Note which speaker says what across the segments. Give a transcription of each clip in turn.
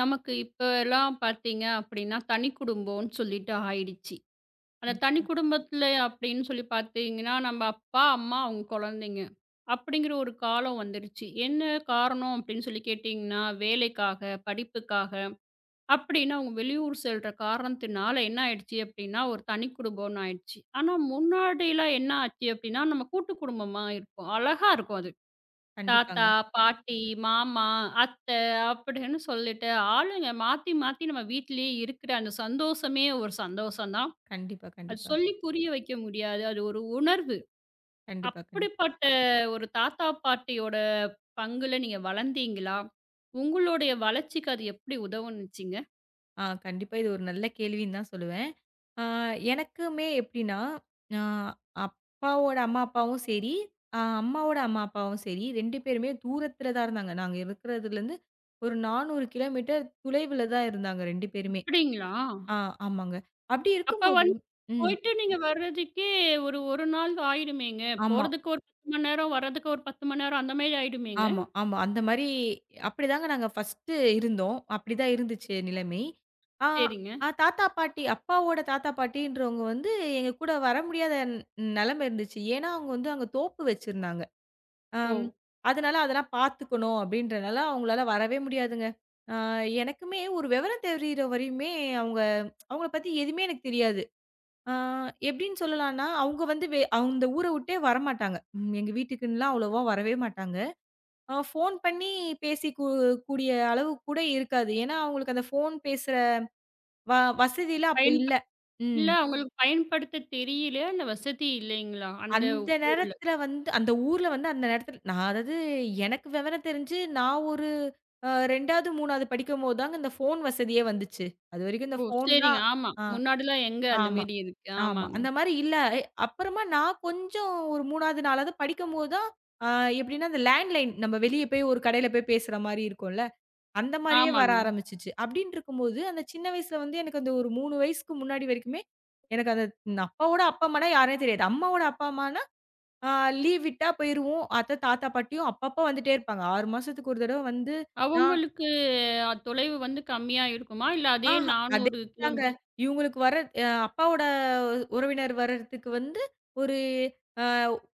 Speaker 1: நமக்கு இப்பலாம் பார்த்தீங்க அப்படின்னா, தனி குடும்பம்ன்னு சொல்லிட்டு ஆயிடுச்சு. அந்த தனி
Speaker 2: கண்டிப்பா.
Speaker 1: குடும்பத்தில அப்படின்னு சொல்லி பார்த்தீங்கன்னா, நம்ம அப்பா, அம்மா, அவங்க குழந்தைங்க அப்படிங்கிற ஒரு காலம் வந்துருச்சு. என்ன காரணம் அப்படின்னு சொல்லி கேட்டிங்கன்னா, வேலைக்காக, படிப்புக்காக அப்படின்னு அவங்க வெளியூர் செல்ற காரணத்தினால என்ன ஆயிடுச்சு அப்படின்னா, ஒரு தனி குடும்பம்ன்னு ஆயிடுச்சு. ஆனா முன்னாடிலாம் என்ன ஆச்சு அப்படின்னா, நம்ம கூட்டு குடும்பமா இருப்போம். அழகா இருக்கும் அது.
Speaker 2: கண்டிப்பாங்க.
Speaker 1: தாத்தா, பாட்டி, மாமா, அத்தை அப்படின்னு சொல்லிட்டு, ஆளுங்க மாத்தி மாத்தி நம்ம வீட்டிலேயே இருக்கிற அந்த சந்தோஷமே ஒரு சந்தோஷம் தான்.
Speaker 2: கண்டிப்பா,
Speaker 1: அது
Speaker 2: கண்டிப்பா.
Speaker 1: சொல்லி புரிய வைக்க முடியாது. அது ஒரு உணர்வு.
Speaker 2: கண்டிப்பா, கண்டிப்பா.
Speaker 1: அப்படிப்பட்ட ஒரு தாத்தா, பாட்டியோட பங்குல நீங்க வளர்ந்தீங்களா? உங்களுடைய வளர்ச்சிக்கு அது எப்படி உதவுனுச்சுங்க?
Speaker 2: கண்டிப்பா, இது ஒரு நல்ல கேள்வின்னு தான் சொல்லுவேன். ஆ எனக்குமே எப்படின்னா, ஆ அப்பாவோட அம்மா, அப்பாவும் சரி, அம்மாவோட அம்மா, அப்பாவும் சரி, 2 பேருமே தூரத்தில தான் இருந்தாங்க. நாங்க இருக்கிறதுலேருந்து ஒரு 400 கிலோமீட்டர் தொலைவில தான் இருந்தாங்க 2 பேருமே.
Speaker 1: அப்படிங்களா?
Speaker 2: ஆ ஆமாங்க. அப்படி
Speaker 1: அப்ப
Speaker 2: இருக்கும்போது.
Speaker 1: வந்து
Speaker 2: ம்.
Speaker 1: போயிட்டு நீங்க வர்றதுக்கே ஒரு 1 நாள் ஆயிடுமேங்க.
Speaker 2: ஆமா.
Speaker 1: போறதுக்கு ஒரு 10 மணி நேரம், வர்றதுக்கு ஒரு 10 மணி நேரம் அந்த மாரி ஆயிடுமேங்க?
Speaker 2: ஆமா, ஆமா. அந்த மாரி அப்படிதாங்க நாங்க ஃபர்ஸ்ட்டு இருந்தோம். அப்படிதான் இருந்துச்சு நிலைமை. ஆ
Speaker 1: சரிங்க.
Speaker 2: அ தாத்தா, பாட்டி, அப்பாவோட தாத்தா, பாட்டின்றவங்க வந்து எங்க கூட வர முடியாத நெலைமை இருந்துச்சு. ஏன்னா, அவங்க வந்து அங்க தோப்பு வச்சிருந்தாங்க.
Speaker 1: ஓ!
Speaker 2: அம் அதனால அதெல்லாம் பார்த்துக்கணும் அப்படின்றனால அவங்களால வரவே முடியாதுங்க. ஆ எனக்குமே ஒரு விவரம் தெரியிற வரையுமே அவங்க அவங்கள பத்தி எதுவுமே எனக்கு தெரியாது. ஆ எப்படின்னு சொல்லலாம்னா, அவங்க வந்து அந்த ஊர விட்டே வரமாட்டாங்க. எங்க வீட்டுக்குன்லாம் அவ்வளவா வரவே மாட்டாங்க. ஃபோன் பண்ணி பேசி கூடிய அளவு கூட இருக்காது. ஏன்னா, அவங்களுக்கு அந்த ஃபோன் பேசுற வ வசதிலாம் அப்ப
Speaker 1: பயன்
Speaker 2: இல்ல.
Speaker 1: இல்ல
Speaker 2: ம்.
Speaker 1: அவங்களுக்கு பயன்படுத்த தெரியல. அந்த வசதி இல்லைங்களா? அந்த
Speaker 2: அந்த
Speaker 1: ஊர்ல.
Speaker 2: நேரத்துல வந்து அந்த ஊர்ல வந்து அந்த நேரத்துல நான் அதாவது எனக்கு விவரம் தெரிஞ்சு நான் ஒரு 2வது, 3வது படிக்கும்போது தாங்க இந்த ஃபோன் வசதியே வந்துச்சு. அதுவரைக்கும் இந்த
Speaker 1: ஓ! சரிங்க.
Speaker 2: ஃபோன்லாம்
Speaker 1: ஆமா.
Speaker 2: ஆ
Speaker 1: முன்னாடிலாம் எங்க அந்த
Speaker 2: ஆமா,
Speaker 1: மேரி இருக்கு.
Speaker 2: ஆமா.
Speaker 1: ஆமாங்க.
Speaker 2: அந்த மாரி இல்ல. அப்புறமா நான் கொஞ்சம் ஒரு 3வது, 4வது படிக்கும்போது தான், அ எப்படின்னா, அந்த லேண்ட்லைன் நம்ம வெளிய போய் ஒரு கடையில போய் பேசுற மாரி இருக்கும்ல. அந்த மாரியே வர
Speaker 1: ஆமாங்க.
Speaker 2: ஆரம்பிச்சுச்சு. அப்டின்னு இருக்கும்போது, அந்த சின்ன வயசுல வந்து எனக்கு அந்த ஒரு 3 வயசுக்கு முன்னாடி வரைக்குமே, எனக்கு அந்த அப்பாவோட அப்பா, அம்மானா யாருன்னே தெரியாது. அம்மாவோட அப்பா, அம்மானா ஆ லீவ் விட்டா போயிருவோம். அத்த, தாத்தா, பாட்டியும் அப்பப்ப வந்துட்டே இருப்பாங்க. 6 மாசத்துக்கு ஒரு தடவ வந்து நான்
Speaker 1: அவங்களுக்கு தொலைவு வந்து கம்மியா இருக்குமா? இல்ல அதே
Speaker 2: ஆஹா அதே
Speaker 1: 400
Speaker 2: தாங்க.
Speaker 1: கிலோமீட்டர்.
Speaker 2: இவங்களுக்கு வர அப்பாவோட உறவினர் வர்றதுக்கு வந்து ஒரு அ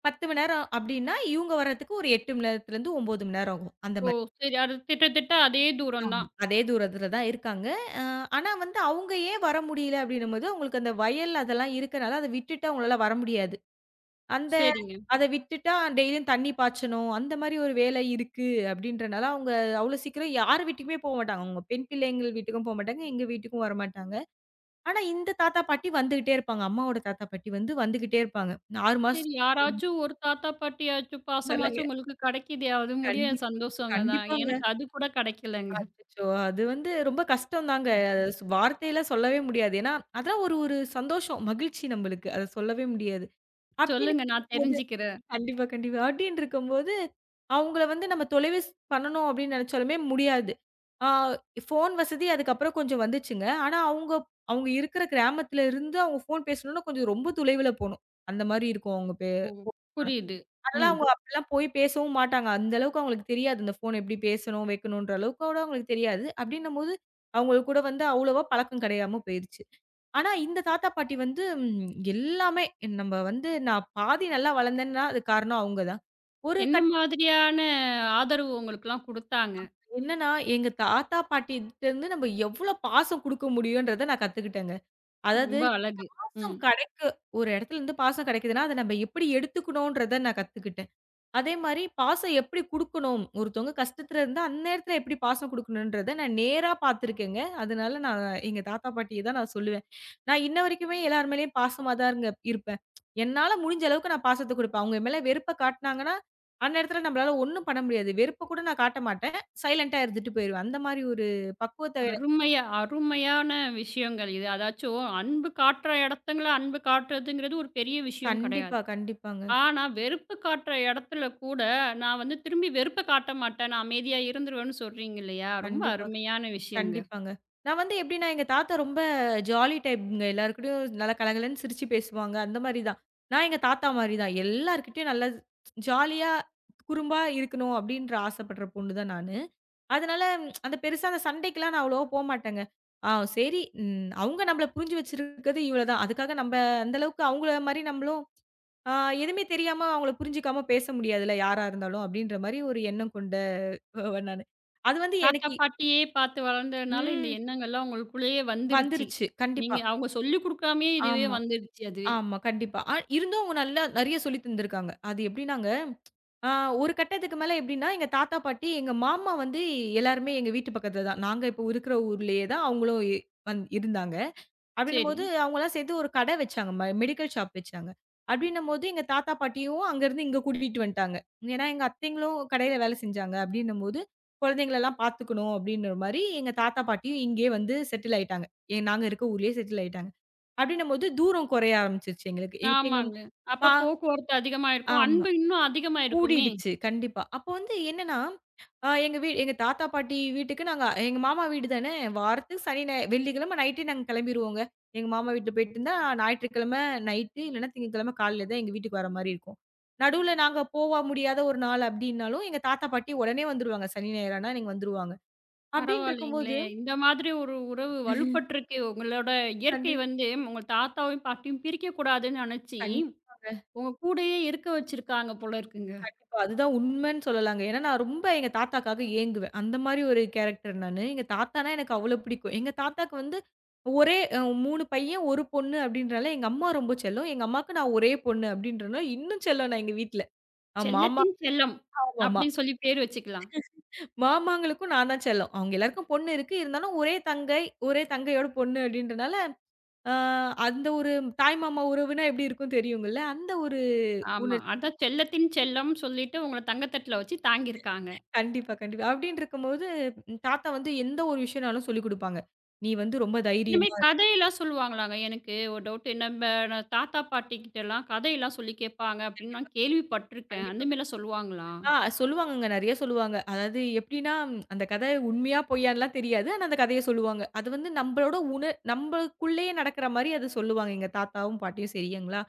Speaker 2: 10 மணி நேரம் அப்டின்னா, இவங்க வர்றதுக்கு ஒரு 8 மணி நேரத்துலருந்து 9 மணி நேரம் ஆகும். அந்த
Speaker 1: ஓ!
Speaker 2: மாரி.
Speaker 1: சரி. அது கிட்டத்தட்ட அதே தூரம்
Speaker 2: ஆமா.
Speaker 1: தான்.
Speaker 2: அதே தூரத்துல தான் இருக்காங்க. அ ஆனா வந்து அவங்க ஏன் வர முடியல அப்டின்னும்போது, அவங்களுக்கு அந்த வயல் அதெல்லாம் இருக்கனால, அத விட்டுட்டு அவங்களால வர முடியாது. அந்த
Speaker 1: சரிங்க.
Speaker 2: அத விட்டுட்டா டெய்லியும் தண்ணி பாய்ச்சணும். அந்த மாரி ஒரு வேலை இருக்கு அப்டின்றனால, அவங்க அவ்ளோ சீக்கிரம் யார் வீட்டுக்குமே போமாட்டாங்க. அவங்க பெண் பிள்ளைங்கள் வீட்டுக்கும் போமாட்டாங்க, எங்க வீட்டுக்கும் வரமாட்டாங்க. ஆனா இந்த தாத்தா, பாட்டி வந்துகிட்டே இருப்பாங்க. அம்மாவோட தாத்தா, பாட்டி வந்து வந்துகிட்டே இருப்பாங்க. 6
Speaker 1: சரி
Speaker 2: மாசத்துக்கு
Speaker 1: யாராச்சும் ஒரு தாத்தா பாட்டியாச்சும்
Speaker 2: வராங்க.
Speaker 1: பாசமாச்சும் உங்களுக்கு கிடைக்குதே, அது முடிய
Speaker 2: கண்டிப்
Speaker 1: சந்தோஷங்க தான்.
Speaker 2: கண்டிப்பாங்க.
Speaker 1: எனக்கு அது கூட கிடைக்கலங்க.
Speaker 2: அச்சச்சோ! அது வந்து ரொம்ப கஷ்டம் தாங்க.
Speaker 1: ம்.
Speaker 2: அது வார்த்தையில சொல்லவே முடியாது. ஏன்னா, அதான் ஒரு ஒரு சந்தோஷம், மகிழ்ச்சி நம்பளுக்கு. அத சொல்லவே முடியாது. அப்படின்னு
Speaker 1: சொல்லுங்க நான்
Speaker 2: இருக்கும்போது
Speaker 1: தெரிஞ்சுக்கிறேன்.
Speaker 2: கண்டிப்பா, கண்டிப்பா. அப்படின்னு இருக்கும்போது, அவங்கள வந்து நம்ம தொலைவு பண்ணணும் அப்படின்னு நெனச்சாலுமே முடியாது. ஆ ஃபோன் வசதி அதுக்கப்புறம் கொஞ்சம் வந்துச்சுங்க. ஆனா, அவங்க அவங்க இருக்கிற கிராமத்துல இருந்து அவங்க ஃபோன் பேசணும்னா, கொஞ்சம் ரொம்ப தொலைவுல போணும். அந்த மாரி இருக்கும் அவங்க.
Speaker 1: ஓ! புரியுது.
Speaker 2: அதெல்லாம்
Speaker 1: ம்.
Speaker 2: அவங்க அப்படிலாம் போய் பேசவும் மாட்டாங்க. அந்த அளவுக்கு அவங்களுக்கு தெரியாது. இந்த ஃபோன் எப்படி பேசணும், வைக்கணுன்ற அளவுக்கோட அவங்களுக்கு தெரியாது. அப்படின்னும்போது, அவங்களுக்கு கூட வந்து அவ்வளவா பழக்கம் கிடையாம போயிருச்சு. ஆனா, இந்த தாத்தா, பாட்டி வந்து எல்லாமே நம்ம வந்து நான் பாதி நல்லா வளர்ந்தேன்னா, அது காரணம் அவங்க தான். ஒரு
Speaker 1: என்ன
Speaker 2: கட்
Speaker 1: மாதிரியான ஆதரவு உங்களுக்குலாம் குடுத்தாங்க?
Speaker 2: என்னன்னா, எங்க தாத்தா, பாட்டிட்டருந்து நம்ம எவ்வளோ பாசம் குடுக்க முடியுன்றத நான் கத்துக்கிட்டேங்க. அதாவது
Speaker 1: ரொம்ப அழகு.
Speaker 2: பாசம்
Speaker 1: ம்.
Speaker 2: கெடைக்க ஒரு இடத்துல இருந்து பாசம் கெடைக்குதுன்னா, அத நம்ம எப்படி எடுத்துக்கணுன்றத நான் கத்துக்கிட்டேன். அதே மாரி பாசம் எப்படி குடுக்கணும்? ஒருத்தவங்க கஷ்டத்துல இருந்தா, அந்நேரத்துல எப்படி பாசம் குடுக்கணுன்றத நான் நேரா பார்த்துருக்கேங்க. அதனால நான் எங்க தாத்தா, பாட்டிய தான் நான் சொல்லுவேன். நான் இன்ன வரைக்குமே எல்லார் மேலயும் பாசமா தாங்க இருப்பேன். என்னால முடிஞ்ச அளவுக்கு நான் பாசத்த குடுப்பேன். அவங்க மேல வெறுப்ப காட்டுனாங்கன்னா, அந்நேரத்துல நம்மளால ஒண்ணும் பண்ண முடியாது. வெறுப்ப கூட நான் காட்ட மாட்டேன். சைலன்ட்டா இருந்துட்டு போயிருவேன். அந்த மாரி ஒரு பக்குவத்த
Speaker 1: அருமையா அருமையான விஷயங்கள் இது. அதாச்சும் அன்பு காட்டுற இடத்துங்கள அன்பு காட்டுறதுங்கிறது ஒரு பெரிய விஷயம் கிடையாது.
Speaker 2: கண்டிப்பா, கண்டிப்பாங்க.
Speaker 1: ஆனா, வெறுப்பு காட்டுற இடத்துல கூட நான் வந்து திரும்பி வெறுப்ப காட்ட மாட்டேன். நான் அமைதியா இருந்துருவேன்னு சொல்றீங்க இல்லையா? ரொம்ப
Speaker 2: கண்டிப்பா.
Speaker 1: அருமையான விஷயங்க.
Speaker 2: கண்டிப்பாங்க. நான் வந்து எப்படின்னா, எங்க தாத்தா ரொம்ப ஜாலி டைப்ங்க. எல்லார்கிட்டயும் நல்லா கலகலன்னு சிரிச்சு பேசுவாங்க. அந்த மாரி தான். நான் எங்க தாத்தா மாரி தான். எல்லார்கிட்டயும் நல்லா ஜாலியா, குறும்பா இருக்கணும் அப்டின்ற ஆசைப்படுற பொண்ணு தான் நானு. அதனால அந்த பெருசா அந்த சண்டைக்குலாம் நான் அவ்வளவா போமாட்டேங்க. ஆ சரி, அவங்க நம்மள புரிஞ்சு வச்சிருக்கிறது இவ்ளோ தான். அதுக்காக நம்ப அந்த அளவுக்கு அவங்கள மாரி நம்மளும் ஆ எதுவுமே தெரியாம அவங்கள புரிஞ்சுக்காம பேச முடியாதுல்ல, யாரா இருந்தாலும் அப்டின்ற மாரி ஒரு எண்ணம் கொண்ட நானு. அது வந்து
Speaker 1: தாத்தா,
Speaker 2: எனக்கு
Speaker 1: பாட்டியே பார்த்து வளர்ந்ததுனால இந்த
Speaker 2: ம்
Speaker 1: எண்ணங்கள்லாம் உங்களுக்குள்ளேயே வந்துருச்சு.
Speaker 2: வந்துருச்சு. கண்டிப்பா.
Speaker 1: நீங்க அவங்க சொல்லிக் குடுக்காமயே இதுவே
Speaker 2: ஆமா,
Speaker 1: வந்துருச்சு அதுவே.
Speaker 2: ஆமா. கண்டிப்பா. இருந்தும் அவங்க நல்லா நெறைய சொல்லி தந்திருக்காங்க. அது எப்படின்னாங்க, அ ஒரு கட்டத்துக்கு மேல எப்படின்னா, எங்க தாத்தா, பாட்டி, எங்க மாமா வந்து எல்லாருமே எங்க வீட்டு பக்கத்துல தான். நாங்க இப்போ இருக்கிற ஊர்லயே தான் அவங்களும் இ வந் இருந்தாங்க.
Speaker 1: சரி.
Speaker 2: அப்படின்னும்போது அவங்கலாம் சேர்ந்து ஒரு கடை வச்சாங்க. மெடிக்கல் ஷாப் வச்சாங்க. அப்படின்னும்போது எங்க தாத்தா, பாட்டியும் அங்கருந்து இங்க கூட்டிட்டு வந்துட்டாங்க. ஏன்னா எங்க அத்தைங்களும் கடையில வேலை செஞ்சாங்க. அப்படின்னும்போது குழந்தைங்களலாம் பார்த்துக்கணும் அப்படின்ற மாரி எங்க தாத்தா, பாட்டியும் இங்கேயே வந்து செட்டில் ஆயிட்டாங்க. நாங்க இருக்க ஊர்லயே செட்டில் ஆயிட்டாங்க. அப்படின்னும்போது தூரம் குறைய ஆரம்பிச்சுருச்சு எங்களுக்கு. எ எங்க
Speaker 1: ஆமாங்க. அப்ப
Speaker 2: பா
Speaker 1: போக்குவரத்து அதிகமாயிருக்கும்.
Speaker 2: ஆமா.
Speaker 1: அன்பு இன்னும் அதிகமாயிருக்குமே!
Speaker 2: கூடிடுச்சு கண்டிப்பா. அப்போ வந்து என்னன்னா, அ எங்க வீ எங்க தாத்தா, பாட்டி வீட்டுக்கு நாங்க, எங்க மாமா வீடு தானே வாரத்துக்கு சனி, ஞாயி வெள்ளிக்கிழமை நைட்டே நாங்க கிளம்பிருவோங்க. எங்க மாமா வீட்ல போயிட்டு இருந்தா ஞாயிற்றுக்கிழமை நைட்டு இல்லன்னா திங்கட்கிழமை காலையில தான் எங்க வீட்டுக்கு வர மாரி இருக்கும். நடுவுல நாங்க போவ முடியாத ஒரு நாள் அப்படின்னாலும், எங்க தாத்தா, பாட்டி உடனே வந்துருவாங்க. சனி, ஞாயிறு ஆனா நீங்க வந்துருவாங்க. அப்படின்னு இருக்கும்போது
Speaker 1: பரவாயில்லைங்களே! இந்த மாதிரி ஒரு உறவு வலுப்பட்டுருக்கு. உங்களோட
Speaker 2: கண்டி
Speaker 1: இயற்கை வந்து உங்க தாத்தாவையும், பாட்டியும் பிரிக்கக்கூடாதுன்னு நெனச்சு,
Speaker 2: கண்டிப்பாங்க.
Speaker 1: உங்க கூடயே இருக்க வச்சிருக்காங்க போல இருக்குங்க.
Speaker 2: கண்டிப்பா. அதுதான் உண்மைன்னு சொல்லலாங்க. ஏன்னா, நான் ரொம்ப எங்க தாத்தாக்காக ஏங்குவேன். அந்த மாரி ஒரு கேரக்டர் நானு. எங்க தாத்தானா எனக்கு அவ்ளோ பிடிக்கும். எங்க தாத்தாக்கு வந்து ஒரே 3 பையன், 1 பொண்ணு அப்டின்றனால எங்க அம்மா ரொம்ப செல்லம். எங்க அம்மாவுக்கு நான் ஒரே பொண்ணு அப்டின்றனால இன்னும் செல்லம் நான் எங்க வீட்ல. அ மாமா
Speaker 1: செல்லத்தின் செல்லம்
Speaker 2: ஆமாமா.
Speaker 1: அப்டின்னு சொல்லி பேர் வச்சுக்கலாம்.
Speaker 2: மாமாங்களுக்கும் நான் தான் செல்லம். அவங்க எல்லாருக்கும் பொண்ணு இருக்கு. இருந்தாலும் ஒரே தங்கை, ஒரே தங்கையோட பொண்ணு அப்டின்றனால, அ அந்த ஒரு தாய் மாமா உறவுனா எப்டி இருக்கும் தெரியுங்கல்ல. அந்த ஒரு
Speaker 1: ஆமா.
Speaker 2: உணர்ச்சி.
Speaker 1: அதான் செல்லத்தின் செல்லம் சொல்லிட்டு உங்கள தங்கத்தட்டுல வச்சு தாங்கியிருக்காங்க.
Speaker 2: கண்டிப்பா, கண்டிப்பா. அப்டின்னு இருக்கும்போது, தாத்தா வந்து எந்த ஒரு விஷயம்னாலும் சொல்லிக் குடுப்பாங்க. "நீ வந்து ரொம்ப
Speaker 1: இந்த மாரி
Speaker 2: தைரியமா
Speaker 1: கதையெல்லாம் சொல்லுவாங்களாங்க? எனக்கு ஒரு டவுட். நான் தாத்தா, பாட்டி கிட்டலாம் கதையெல்லாம் சொல்லி கேட்பாங்க அப்டின்னு நான் கேள்விப்பட்டுருக்கேன்.
Speaker 2: கண்டிப்பா
Speaker 1: அந்த
Speaker 2: கண்"
Speaker 1: மாரிலாம் சொல்லுவாங்களா?
Speaker 2: ஆ சொல்லுவாங்கங்க. நெறைய சொல்லுவாங்க. அதாவது எப்டின்னா, அந்த கதை உண்மையா பொய்யான்லாம் தெரியாது. ஆனா அந்த கதைய சொல்லுவாங்க. அது வந்து நம்பளோட நம்பளுக்குள்ளேயே நடக்கிற மாரி அத சொல்லுவாங்க எங்க தாத்தாவும், பாட்டியும் சரிங்களா?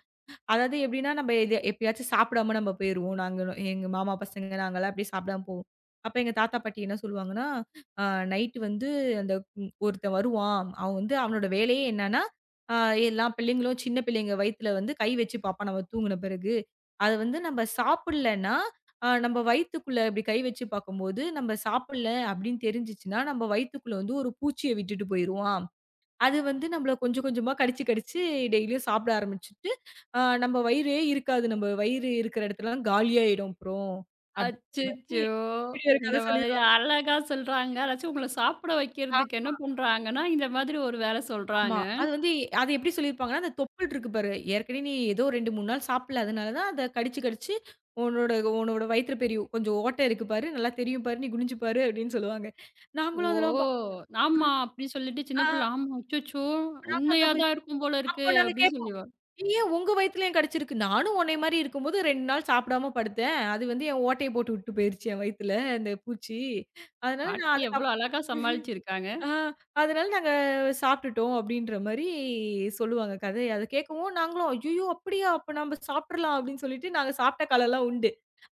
Speaker 2: அதாவது எப்படின்னா, நம்ம இது எப்பயாச்சும் சாப்பிடாம நம்ம போயிருவோம். நாங்களும் எங்க மாமா பசங்க நாங்கலாம் அப்படியே சாப்பிடாம போவோம். அப்ப எங்க தாத்தா, பாட்டி என்ன சொல்லுவாங்கன்னா, அ நைட்டு வந்து அந்த ஒருத்தன் வருவான். அவன் வந்து அவனோட வேலையே என்னன்னா, அ எல்லா பிள்ளைங்களும், சின்ன பிள்ளைங்க வயித்துல வந்து கை வச்சு பார்ப்பான் நம்ம தூங்குன பிறகு. அது வந்து நம்ம சாப்பிடலன்னா, நம்ம வயித்துக்குள்ள இப்படி கை வச்சு பார்க்கும்போது, நம்ம சாப்பிடல அப்படின்னு தெரிஞ்சுச்சுன்னா, நம்ம வயித்துக்குள்ள வந்து ஒரு பூச்சிய விட்டுட்டு போயிருவான். அது வந்து நம்மள கொஞ்சம் கொஞ்சமா கடிச்சு கடிச்சு டெய்லியும் சாப்பிட ஆரம்பிச்சுட்டு, நம்ம வயிறே இருக்காது. நம்ம வயிறு இருக்கிற இடத்துலலாம் காலியாயிடும் அப்புறம். அப்படின்ற மாரி
Speaker 1: அச்சச்சோ!
Speaker 2: வீடியோல கதை
Speaker 1: இந்த மாதிரி
Speaker 2: சொல்லிருவாங்க.
Speaker 1: அழகா சொல்றாங்க. அதாச்சும் உங்கள சாப்பிட வைக்கிறதுக்கு என்ன பண்றாங்கன்னா, இந்த மாதிரி ஒரு வேலை
Speaker 2: ஆமா.
Speaker 1: சொல்றாங்க.
Speaker 2: அது வந்து அது எப்படி சொல்லியிருப்பாங்கன்னா, அந்த தொப்புள் இருக்கு பாரு. ஏற்கனவே நீ ஏதோ 2, 3 நாள் சாப்பிடல. அதனால தான் அத கடிச்சு கடிச்சு உன்னோட உன்னோட வயித்துல பெரிய கொஞ்சம் ஓட்டை இருக்கு பாரு. நல்லா தெரியும் பாரு. நீ குனிஞ்சு பாரு அப்படின்னு சொல்லுவாங்க.
Speaker 1: ஓ!
Speaker 2: நாங்களும் அதெல்லாம் பா
Speaker 1: ஆமா. அப்படின்னு சொல்லிட்டு சின்ன
Speaker 2: ஆ
Speaker 1: பிள்ள, ஆமா அச்சச்சோ!
Speaker 2: நாங்களும் அதான்
Speaker 1: உண்மையா
Speaker 2: போய்
Speaker 1: தான் இருக்கும் போல இருக்கு
Speaker 2: அப்போ நாங்க
Speaker 1: அப்படின்னு
Speaker 2: கேட்போம்.
Speaker 1: சொல்லிருவா.
Speaker 2: ஏன் உங்க வயித்துல ஏன் கடிச்சிருக்கு? நானும் உன்னைய மாரி இருக்கும்போது 2 நாள் சாப்பிடாம படுத்தேன். அது வந்து என் ஓட்டைய போட்டு விட்டு போயிருச்சு என் வயித்துல, அந்த பூச்சி. அதனால நான்
Speaker 1: பாட்டி எவ்வளோ
Speaker 2: அதுக்கப்
Speaker 1: அழகா சமாளிச்சிருக்காங்க.
Speaker 2: ஆ அதனால நாங்க சாப்பிட்டுட்டோம் அப்படின்ற மாரி சொல்லுவாங்க கதை. அத கேட்கவும் நாங்களும் ஐயய்யோ! அப்படியா? அப்ப நம்ப சாப்பிடலாம் அப்படின்னு சொல்லிட்டு நாங்க சாப்பிட்ட காலம்லாம் உண்டு.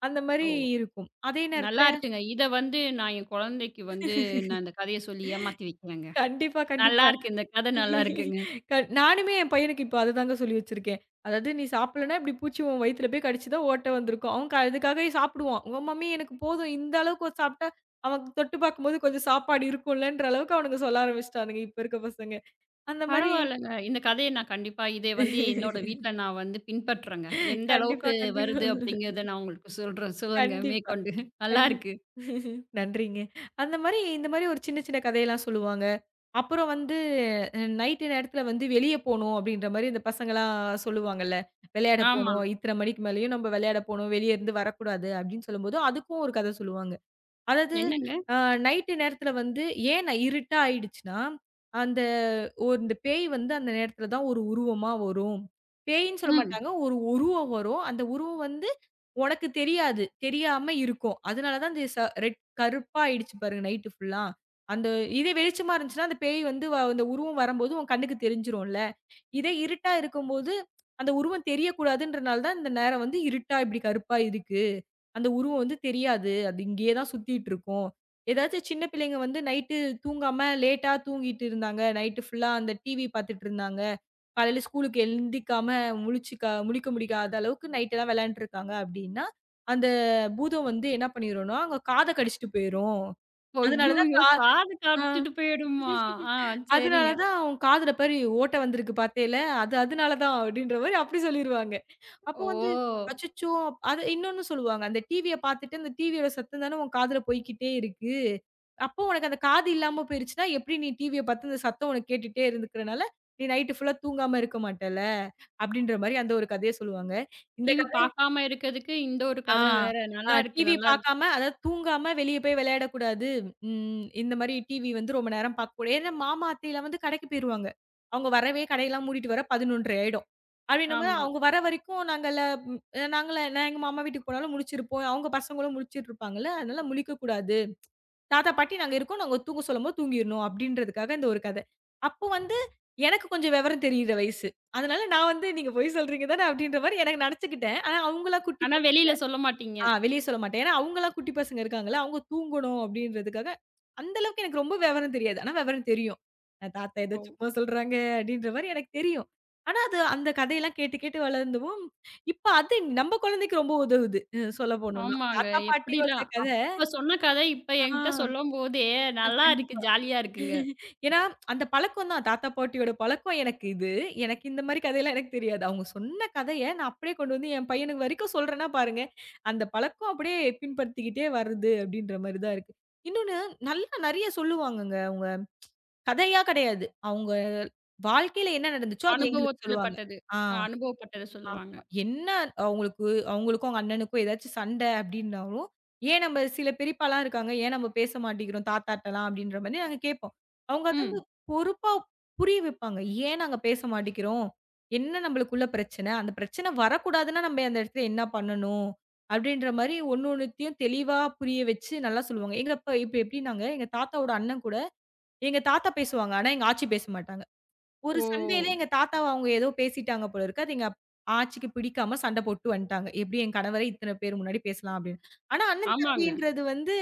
Speaker 2: அந்த மாரி
Speaker 1: ஓ!
Speaker 2: இருக்கும். அதே
Speaker 1: நல்லா
Speaker 2: நேரத்துல
Speaker 1: இருக்குங்க. இத வந்து நான் என் குழந்தைக்கு வந்து நான் இந்த கதைய சொல்லி ஏமாத்தி வைக்கிறேங்க.
Speaker 2: கண்டிப்பா,
Speaker 1: நல்லா
Speaker 2: கண்டிப்பா.
Speaker 1: இருக்கு. இந்த கதை நல்லா இருக்குங்க.
Speaker 2: க நானுமே என் பையனுக்கு இப்போ அதுதாங்க சொல்லி வச்சிருக்கேன். அதாவது நீ சாப்பிடலன்னா இப்படி பூச்சி உன் வயித்துல போய் கடிச்சு தான் ஓட்ட வந்திருக்கும். அவன் அதுக்காகவே சாப்பிடுவான். "உன் மம்மி எனக்கு போதும் இந்த அளவுக்கு ஒரு சாப்பிட்டா" அவன் தொட்டு பார்க்கும்போது கொஞ்சம் சாப்பாடு இருக்கும்லன்ற அளவுக்கு அவனுங்க சொல்ல ஆரம்பிச்சுட்டானுங்க இப்ப இருக்க பசங்க. அந்த மாரி
Speaker 1: பரவாயில்லங்க. இந்த கதைய நான் கண்டிப்பா இதை வந்து என்னோட வீட்ல நான் வந்து பின்பற்றேங்க. எந்த
Speaker 2: கண்டிப்பா,
Speaker 1: அளவுக்கு
Speaker 2: கண்டிப்பா.
Speaker 1: வருது அப்படிங்கிறத நான் உங்களுக்கு சொல்றேன். சொல்லுங்க
Speaker 2: கண்டிப்பா.
Speaker 1: மேற்கொண்டு. நல்லா
Speaker 2: கண்டிப்
Speaker 1: இருக்கு.
Speaker 2: நன்றிங்க. அந்த மாரி இந்த மாரி ஒரு சின்ன சின்ன கதையெல்லாம் சொல்லுவாங்க. அப்புறம் வந்து நைட்டு நேரத்தில வந்து வெளிய போணும் அப்படின்ற மாரி இந்த பசங்கலாம் சொல்லுவாங்கல்ல. விளையாட
Speaker 1: ஆமா.
Speaker 2: போணும். இத்தன மணிக்கு மேலேயும் நம்ம விளையாட போணும். வெளிய இருந்து வரக்கூடாது அப்படின்னு சொல்லும்போது, அதுக்கும் ஒரு கதை சொல்லுவாங்க. அதாவது
Speaker 1: என்னங்க?
Speaker 2: அ நைட்டு நேரத்தில வந்து ஏன் நான் இருட்டா ஆயிடுச்சுன்னா, அந்த ஒரு இந்த பேய் வந்து அந்த நேரத்தில தான் ஒரு உருவமா வரும். பேயின்னு சொல்ல
Speaker 1: ம்.
Speaker 2: மாட்டாங்க. ஒரு உருவம் வரும். அந்த உருவம் வந்து உனக்கு தெரியாது. தெரியாம இருக்கும். அதனால தான் இந்த ரெட் கருப்பா ஆயிடுச்சு பாருங்க நைட்டு ஃபுல்லா. அந்த இதே வெளிச்சமா இருந்துச்சுன்னா, அந்த பேய் வந்து அந்த உருவம் வரும்போது உன் கண்ணுக்கு தெரிஞ்சிரும்ல. இதே இருட்டா இருக்கும்போது, அந்த உருவம் தெரியக்கூடாதுன்றனால தான் இந்த நேரம் வந்து இருட்டா இப்படி கருப்பா இருக்கு. அந்த உருவம் வந்து தெரியாது. அது இங்கேயே தான் சுத்திட்டுருக்கும். ஏதாச்சும் சின்ன பிள்ளைங்க வந்து நைட்டு தூங்காம லேட்டா தூங்கிட்டு இருந்தாங்க. நைட்டு ஃபுல்லா அந்த டிவி பார்த்துட்டு இருந்தாங்க. காலையில ஸ்கூலுக்கு எழுந்திக்காம முழிச்சுக்க முழிக்க முடியாத அளவுக்கு நைட்டெல்லாம் விளையாண்டுருக்காங்க அப்டின்னா, அந்த பூதம் வந்து என்ன பண்ணிரும்னா, அவங்க காத கடிச்சுட்டு போயிரும். அதனால தான்
Speaker 1: ஐய்யயோ! காது
Speaker 2: ஆ
Speaker 1: கடிச்சிட்டு போயிடுமா? ஆ
Speaker 2: அதனால
Speaker 1: சரிங்க.
Speaker 2: தான் "உன் காதுல பாரு ஓட்ட வந்திருக்கு பாத்தேல, அது அதனால தான்" அப்டின்ற மாரி அப்டி சொல்லிருவாங்க. அப்போ வந்து,
Speaker 1: ஓ!
Speaker 2: அச்சச்சோ! அது இன்னொன்னு சொல்லுவாங்க. அந்த டிவிய பார்த்துட்டு, அந்த டிவியோட சத்தம் தானே உன் காதுல போய்க்கிட்டே இருக்கு. அப்போ உனக்கு அந்த காது இல்லாம போயிருச்சுன்னா, எப்படி நீ டிவிய பார்த்து அந்த சத்தம் உனக்கு கேட்டுட்டே இருந்துக்கிறனால, நீ நைட்டு ஃபுல்லா தூங்காம இருக்க மாட்டல்ல. அப்படின்ற மாரி அந்த ஒரு கதைய சொல்லுவாங்க.
Speaker 1: டிவி பார்க்காம இருக்கிறதுக்கு இந்த ஒரு
Speaker 2: ஆ,
Speaker 1: கதை வேற. நல்லா இருக்கு,
Speaker 2: டிவி
Speaker 1: நல்லா இருக்கு.
Speaker 2: பார்க்காம, அதாவது தூங்காம வெளிய போய் விளையாடக்கூடாது. இந்த மாரி டிவி வந்து ரொம்ப நேரம் பார்க்கக்கூடாது. ஏன்னா, மாமா, அத்தைலாம் வந்து கடைக்கு போயிருவாங்க. அவங்க வரவே கடையெல்லாம் மூடிட்டு வர 11:30 ஆயிடும். அப்படின்னும்போது
Speaker 1: ஆமா.
Speaker 2: அவங்க வர வரைக்கும் நாங்கல்ல. ம் நாங்கலாம் நான் எங்க மாமா வீட்டுக்கு போனாலும் முழிச்சிருப்போம். அவங்க பசங்களும் முழிச்சிட்டு இருப்பாங்கல்ல. அதனால முழிக்கக்கூடாது. தாத்தா, பாட்டி நாங்க இருக்கோம். நாங்க தூங்க சொல்லும்போது தூங்கிரணும் அப்படின்றதுக்காக இந்த ஒரு கதை. அப்போ வந்து எனக்கு கொஞ்சம் விவரம் தெரியிற வயசு. அதனால நான் வந்து நீங்க பொய் சொல்றீங்க தானே அப்படின்ற மாரி எனக்கு நெனச்சுக்கிட்டேன். ஆனா அவங்களா குட்டி
Speaker 1: ஆனா வெளியில சொல்ல மாட்டீங்க.
Speaker 2: ஆ வெளிய சொல்ல மாட்டேன். ஏன்னா அவங்கலாம் குட்டி பசங்க இருக்காங்கல்ல. அவங்க தூங்கணும் அப்படின்றதுக்காக, அந்த அளவுக்கு எனக்கு ரொம்ப விவரம் தெரியாது. ஆனா விவரம் தெரியும். தாத்தா ஏதோ
Speaker 1: ஓ!
Speaker 2: சும்மா சொல்றாங்க அப்படின்ற மாரி எனக்கு தெரியும். ஆனா அது அந்த கதையெல்லாம் கேட்டு கேட்டு வளர்ந்தவும், இப்ப அது நம்ம குழந்தைக்கு ரொம்ப உதவுது. சொல்ல போணும்னா,
Speaker 1: ஆமாங்க.
Speaker 2: தாத்தா பாட்டியோட
Speaker 1: எப்படிலாம்
Speaker 2: கதை
Speaker 1: அப்ப சொன்ன கதை இப்ப என்கிட்ட
Speaker 2: ஆ
Speaker 1: சொல்லும்போதே
Speaker 2: அ
Speaker 1: நல்லா இருக்கு.
Speaker 2: கண்டிப்பா.
Speaker 1: ஜாலியா இருக்குங்க.
Speaker 2: ஏன்னா, அந்த பழக்கம் தான். தாத்தா, பாட்டியோட பழக்கம் எனக்கு இது. எனக்கு இந்த மாரி கதையெல்லாம் எனக்கு தெரியாது. அவங்க சொன்ன கதைய நான் அப்படியே கொண்டு வந்து என் பையனுக்கு வரைக்கும் சொல்றேன்னா பாருங்க, அந்த பழக்கம் அப்படியே பின்படுத்திக்கிட்டே வருது அப்படின்ற மாரி தான் இருக்கு. இன்னொன்னு நல்லா நெறைய சொல்லுவாங்கங்க. அவங்க கதையா கிடையாது. அவங்க வாழ்க்கையில என்ன நடந்துச்சோ, அத எங்களுக்கு
Speaker 1: அனுபவத்துல
Speaker 2: சொல்லுவாங்க.
Speaker 1: பட்டது.
Speaker 2: ஆ.
Speaker 1: அனுபவப்பட்டத சொல்லுவாங்க.
Speaker 2: ஆமா. என்ன அவங்களுக்கு அவங்களுக்கும், அவங்க அண்ணனுக்கும் ஏதாச்சும் சண்டை அப்படின்னாலும், ஏன் நம்ம சில பெரியப்பாலாம் இருக்காங்க. ஏன் நம்ம பேச மாட்டேங்கிறோம் தாத்தாட்டலாம் அப்படின்ற மாரி நாங்க கேட்போம். அவங்க அத வந்து
Speaker 1: ம்.
Speaker 2: பொறுப்பா புரிய வைப்பாங்க. ஏன் நாங்க பேச மாட்டேங்கிறோம்? என்ன நம்மளுக்குள்ள பிரச்சனை? அந்த பிரச்சனை வரக்கூடாதுன்னா நம்ம அந்த இடத்துல என்ன பண்ணணும்? அப்படின்ற மாரி ஒண்ணு ஒண்ணுத்தையும் தெளிவா புரிய வச்சு நல்லா சொல்லுவாங்க. எங்க அப்பா இப்ப எப்படின்னாங்க, எங்க தாத்தாவோட அண்ணன் கூட எங்க தாத்தா பேசுவாங்க. ஆனா எங்க ஆச்சி பேச மாட்டாங்க. ஒரு
Speaker 1: ஓ!
Speaker 2: சண்டையிலே எங்க தாத்தாவ அவங்க ஏதோ பேசிட்டாங்க போல இருக்கு. அது எங்க ஆச்சிக்கு பிடிக்காம சண்டை போட்டு வந்துட்டாங்க. எப்படி என் கணவரே இத்தன பேர் முன்னாடி பேசலாம் அப்படின்னு. ஆனா அண்ணன்
Speaker 1: ஆமாங்க,
Speaker 2: தம்பின்றது வந்து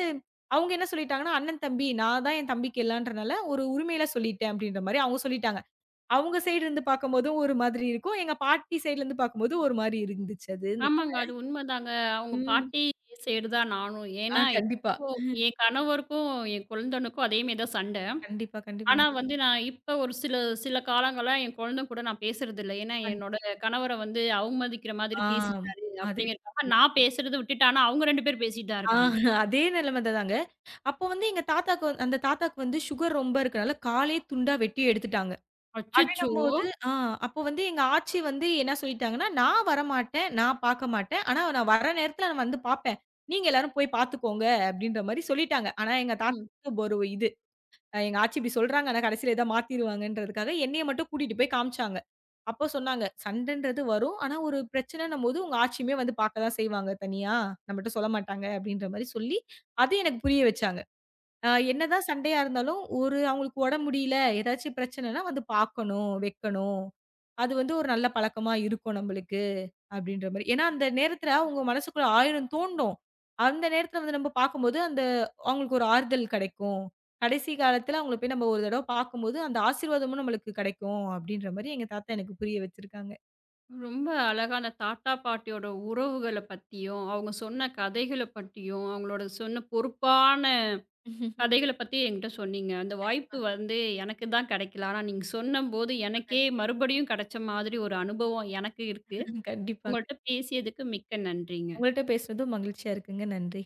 Speaker 2: அவங்க என்ன சொல்லிட்டாங்கன்னா, அண்ணன் தம்பி நான் தான் என் தம்பிக்கு எல்லான்றனால ஒரு உரிமையில சொல்லிட்டேன் அப்படின்ற மாரி அவங்க சொல்லிட்டாங்க. அவங்க சைடு இருந்து பார்க்கும்போதும் ஒரு மாதிரி இருக்கும். எங்க பாட்டி சைடுல இருந்து பார்க்கும்போது ஒரு மாரி இருந்துச்சு அது.
Speaker 1: ஆமாங்க. அது உண்மதாங்க. அவங்க
Speaker 2: ம்.
Speaker 1: பாட்டி சைடு தான் நானும். ஏன்னா,
Speaker 2: கண்டிப்பா.
Speaker 1: என் கணவருக்கும், என் கொழுந்தனுக்கும் அதே மாரி தான் சண்டை.
Speaker 2: கண்டிப்பா, கண்டிப்பா.
Speaker 1: ஆனா வந்து நான் இப்ப ஒரு சில சில காலங்களா என் கொழுந்தன் கூட நான் பேசுறதில்ல. ஏன்னா,
Speaker 2: கண்
Speaker 1: என்னோட கணவர வந்து அவமதிக்கிற மாதிரி
Speaker 2: ஆ.
Speaker 1: பேசிட்டாரு
Speaker 2: அதே
Speaker 1: அப்படிங்கிறதுக்காக நான் பேசுறத விட்டுட்டேன். ஆனா அவங்க 2 பேரும் பேசிட்டு தான்
Speaker 2: ஆ
Speaker 1: இருக்காங்க.
Speaker 2: அதே நிலைமை தாங்க. அப்போ வந்து எங்க தாத்தாக்கு அந்த தாத்தாக்கு வந்து சுகர் ரொம்ப இருக்கனால காலே துண்டா வெட்டி எடுத்துட்டாங்க.
Speaker 1: அச்சச்சோ!
Speaker 2: அப்படின்னும்போது ஆ அப்போ வந்து எங்க ஆச்சி வந்து என்ன சொல்லிட்டாங்கன்னா, "நான் வரமாட்டேன். நான் பார்க்க மாட்டேன். ஆனா நான் வர நேரத்துல நான் வந்து பார்ப்பேன். நீங்க எல்லாரும் போய் பார்த்துக்கோங்க." அப்படின்ற மாரி சொல்லிட்டாங்க. ஆனா எங்க தாத்தாக்கு ஒரு இது எங்க ஆச்சி இப்படி சொல்றாங்க. ஆனா கடைசியில ஏதா மாத்திருவாங்கன்றதுக்காக என்னைய மட்டும் கூட்டிட்டு போய் காமிச்சாங்க. அப்போ சொன்னாங்க, "சண்டைன்றது வரும். ஆனா ஒரு பிரச்சனைன்னும்போது உங்க ஆச்சியுமே வந்து பார்க்க தான் செய்வாங்க தனியா. நம்மட்ட சொல்ல மாட்டாங்க." அப்படின்ற மாரி சொல்லி, அது எனக்கு புரிய வச்சாங்க. என்னதான் சண்டையா இருந்தாலும், ஒரு அவங்களுக்கு உடம்பு முடியல, ஏதாச்சும் பிரச்சனைன்னா வந்து பார்க்கணும், வைக்கணும். அது வந்து ஒரு நல்ல பழக்கமா இருக்கும் நம்மளுக்கு அப்படின்ற மாரி. ஏன்னா அந்த நேரத்துல அவங்க மனசுக்குள்ள 1000 தோண்டும். அந்த நேரத்துல வந்து நம்ம பார்க்கும்போது, அந்த அவங்களுக்கு ஒரு ஆறுதல் கிடைக்கும். கடைசி காலத்துல அவங்கள போய் நம்ம ஒரு தடவ பார்க்கும்போது, அந்த ஆசீர்வாதமும் நம்மளுக்கு கிடைக்கும் அப்படின்ற மாரி எங்க தாத்தா எனக்கு புரிய வச்சிருக்காங்க.
Speaker 1: ரொம்ப அழகான தாத்தா பாட்டியோட உறவுகள பத்தியும், அவங்க சொன்ன கதைகள பத்தியும், அவங்களோட சொன்ன பொறுப்பான கதைகள பத்தி என்கிட்ட சொன்னீங்க. அந்த வாய்ப்பு வந்து எனக்கு தான் கிடைக்கல. ஆனா நீங்க சொன்னம்போது எனக்கே மறுபடியும் கிடைச்ச மாதிரி ஒரு அனுபவம் எனக்கு இருக்கு.
Speaker 2: கண்டிப்பாங்க.
Speaker 1: உங்கள்ட்ட பேசியதுக்கு மிக்க நன்றிங்க.
Speaker 2: உங்கள்ட்ட பேசுனதும் மகிழ்ச்சியா இருக்குங்க. நன்றி.